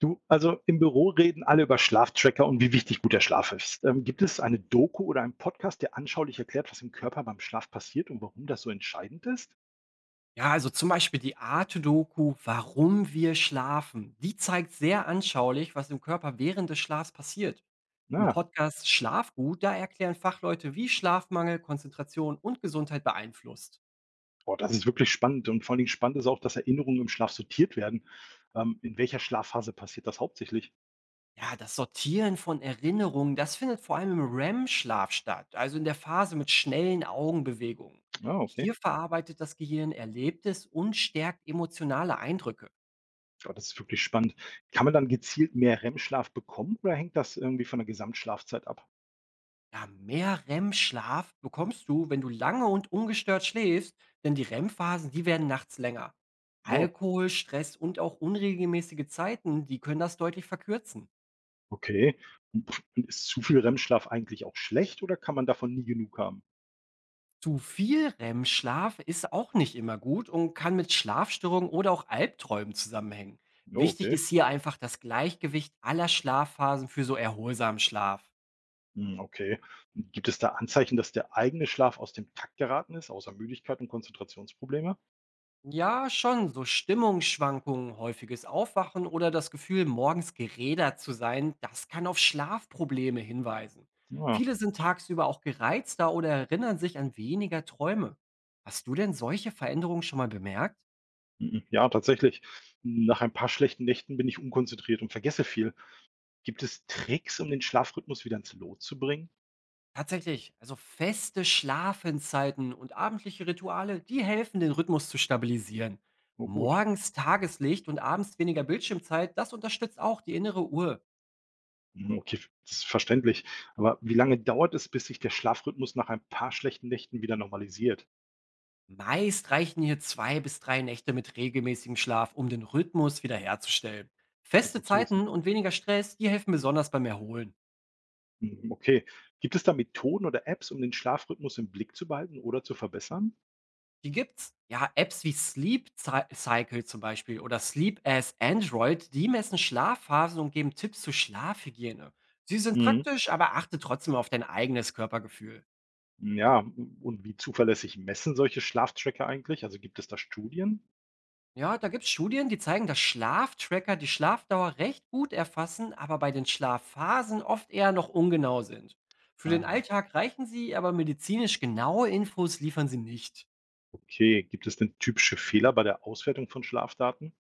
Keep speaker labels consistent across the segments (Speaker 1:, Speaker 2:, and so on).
Speaker 1: Du, also im Büro reden alle über Schlaftracker und wie wichtig guter Schlaf ist. Gibt es eine Doku oder einen Podcast, der anschaulich erklärt, was im Körper beim Schlaf passiert und warum das so entscheidend ist?
Speaker 2: Ja, also zum Beispiel die Arte-Doku Warum wir schlafen. Die zeigt sehr anschaulich, was im Körper während des Schlafs passiert. Im
Speaker 1: Na,
Speaker 2: Podcast Schlafgut, da erklären Fachleute, wie Schlafmangel, Konzentration und Gesundheit beeinflusst.
Speaker 1: boah, das ist wirklich spannend. Und vor allen Dingen spannend ist auch, dass Erinnerungen im Schlaf sortiert werden. In welcher Schlafphase passiert das hauptsächlich?
Speaker 2: Ja, das Sortieren von Erinnerungen, das findet vor allem im REM-Schlaf statt, also in der Phase mit schnellen Augenbewegungen.
Speaker 1: Ah, okay.
Speaker 2: Hier verarbeitet das Gehirn Erlebtes und stärkt emotionale Eindrücke.
Speaker 1: Boah, das ist wirklich spannend. Kann man dann gezielt mehr REM-Schlaf bekommen oder hängt das irgendwie von der Gesamtschlafzeit ab?
Speaker 2: Ja, mehr REM-Schlaf bekommst du, wenn du lange und ungestört schläfst, denn die REM-Phasen, die werden nachts länger.
Speaker 1: Oh,
Speaker 2: Alkohol, Stress und auch unregelmäßige Zeiten, die können das deutlich verkürzen.
Speaker 1: okay. Und pff, und ist zu viel REM-Schlaf eigentlich auch schlecht oder kann man davon nie genug haben?
Speaker 2: Zu viel REM-Schlaf ist auch nicht immer gut und kann mit Schlafstörungen oder auch Albträumen zusammenhängen.
Speaker 1: Oh,
Speaker 2: Wichtig
Speaker 1: okay.
Speaker 2: ist hier einfach das Gleichgewicht aller Schlafphasen für so erholsamen Schlaf.
Speaker 1: Hm, okay. Gibt es da Anzeichen, dass der eigene Schlaf aus dem Takt geraten ist, außer Müdigkeit und Konzentrationsprobleme?
Speaker 2: Ja, schon. So Stimmungsschwankungen, häufiges Aufwachen oder das Gefühl, morgens gerädert zu sein, das kann auf Schlafprobleme hinweisen.
Speaker 1: Ah,
Speaker 2: Viele sind tagsüber auch gereizter oder erinnern sich an weniger Träume. Hast du denn solche Veränderungen schon mal bemerkt?
Speaker 1: mhm, ja, tatsächlich. Nach ein paar schlechten Nächten bin ich unkonzentriert und vergesse viel. Gibt es Tricks, um den Schlafrhythmus wieder ins Lot zu bringen?
Speaker 2: Tatsächlich, also feste Schlafenszeiten und abendliche Rituale, die helfen, den Rhythmus zu stabilisieren.
Speaker 1: Oh gut.
Speaker 2: Morgens Tageslicht und abends weniger Bildschirmzeit, das unterstützt auch die innere Uhr.
Speaker 1: Mhm, okay, das ist verständlich. Aber wie lange dauert es, bis sich der Schlafrhythmus nach ein paar schlechten Nächten wieder normalisiert?
Speaker 2: Meist reichen hier zwei bis drei Nächte mit regelmäßigem Schlaf, um den Rhythmus wiederherzustellen.
Speaker 1: Oh,
Speaker 2: Feste
Speaker 1: gut zu wissen.
Speaker 2: Zeiten und weniger Stress, die helfen besonders beim Erholen.
Speaker 1: Mhm, okay. Gibt es da Methoden oder Apps, um den Schlafrhythmus im Blick zu behalten oder zu verbessern?
Speaker 2: Die gibt's. Ja, Apps wie Cycle zum Beispiel oder Sleep as Android, die messen Schlafphasen und geben Tipps zur Schlafhygiene. Sie sind
Speaker 1: Hm.
Speaker 2: praktisch, aber achte trotzdem auf dein eigenes Körpergefühl.
Speaker 1: Ja, und wie zuverlässig messen solche Schlaftracker eigentlich? Also gibt es da Studien?
Speaker 2: Ja, da gibt's Studien, die zeigen, dass Schlaftracker die Schlafdauer recht gut erfassen, aber bei den Schlafphasen oft eher noch ungenau sind. Für den
Speaker 1: Ah,
Speaker 2: Alltag reichen sie, aber medizinisch genaue Infos liefern sie nicht.
Speaker 1: okay. Gibt es denn typische Fehler bei der Auswertung von Schlafdaten?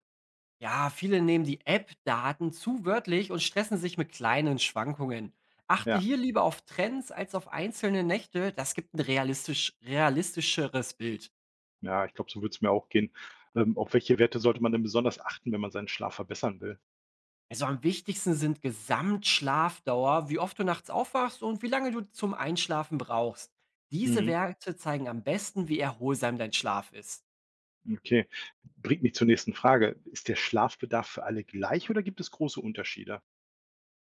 Speaker 2: Ja, viele nehmen die App-Daten zu wörtlich und stressen sich mit kleinen Schwankungen. Achte
Speaker 1: Ja,
Speaker 2: hier lieber auf Trends als auf einzelne Nächte, das gibt ein realistischeres Bild.
Speaker 1: ja, ich glaube, so würde es mir auch gehen. Auf welche Werte sollte man denn besonders achten, wenn man seinen Schlaf verbessern will?
Speaker 2: Also am wichtigsten sind Gesamtschlafdauer, wie oft du nachts aufwachst und wie lange du zum Einschlafen brauchst. Diese
Speaker 1: Mhm.
Speaker 2: Werte zeigen am besten, wie erholsam dein Schlaf ist.
Speaker 1: Okay. Bringt mich zur nächsten Frage. Ist der Schlafbedarf für alle gleich oder gibt es große Unterschiede?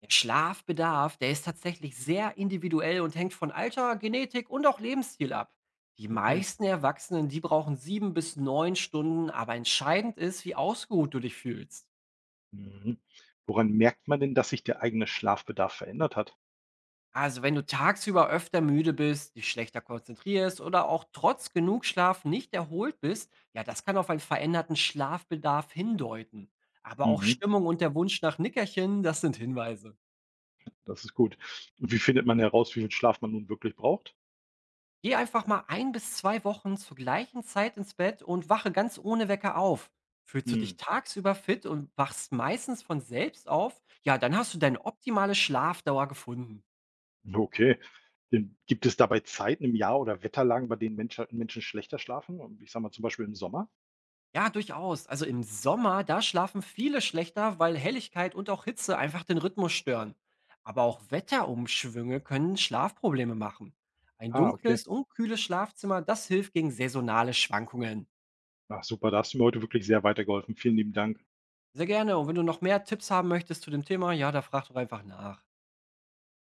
Speaker 2: Der Schlafbedarf, der ist tatsächlich sehr individuell und hängt von Alter, Genetik und auch Lebensstil ab. Die
Speaker 1: Okay.
Speaker 2: meisten Erwachsenen, die brauchen sieben bis neun Stunden, aber entscheidend ist, wie ausgeruht du dich fühlst.
Speaker 1: Mhm. Woran merkt man denn, dass sich der eigene Schlafbedarf verändert hat?
Speaker 2: Also, wenn du tagsüber öfter müde bist, dich schlechter konzentrierst oder auch trotz genug Schlaf nicht erholt bist, ja, das kann auf einen veränderten Schlafbedarf hindeuten. Aber auch
Speaker 1: Mhm.
Speaker 2: Stimmung und der Wunsch nach Nickerchen, das sind Hinweise.
Speaker 1: Das ist gut. Und wie findet man heraus, wie viel Schlaf man nun wirklich braucht?
Speaker 2: Geh einfach mal ein bis zwei Wochen zur gleichen Zeit ins Bett und wache ganz ohne Wecker auf. Fühlst du dich
Speaker 1: Mhm.
Speaker 2: tagsüber fit und wachst meistens von selbst auf, ja, dann hast du deine optimale Schlafdauer gefunden.
Speaker 1: Okay. Denn gibt es dabei Zeiten im Jahr oder Wetterlagen, bei denen Menschen schlechter schlafen? Und ich sage mal zum Beispiel im Sommer?
Speaker 2: Ja, durchaus. Also im Sommer, da schlafen viele schlechter, weil Helligkeit und auch Hitze einfach den Rhythmus stören. Aber auch Wetterumschwünge können Schlafprobleme machen. Ein
Speaker 1: Ah, okay.
Speaker 2: dunkles und kühles Schlafzimmer, das hilft gegen saisonale Schwankungen.
Speaker 1: Ach super, da hast du mir heute wirklich sehr weitergeholfen. Vielen lieben Dank.
Speaker 2: Sehr gerne. Und wenn du noch mehr Tipps haben möchtest zu dem Thema, ja, da frag doch einfach nach.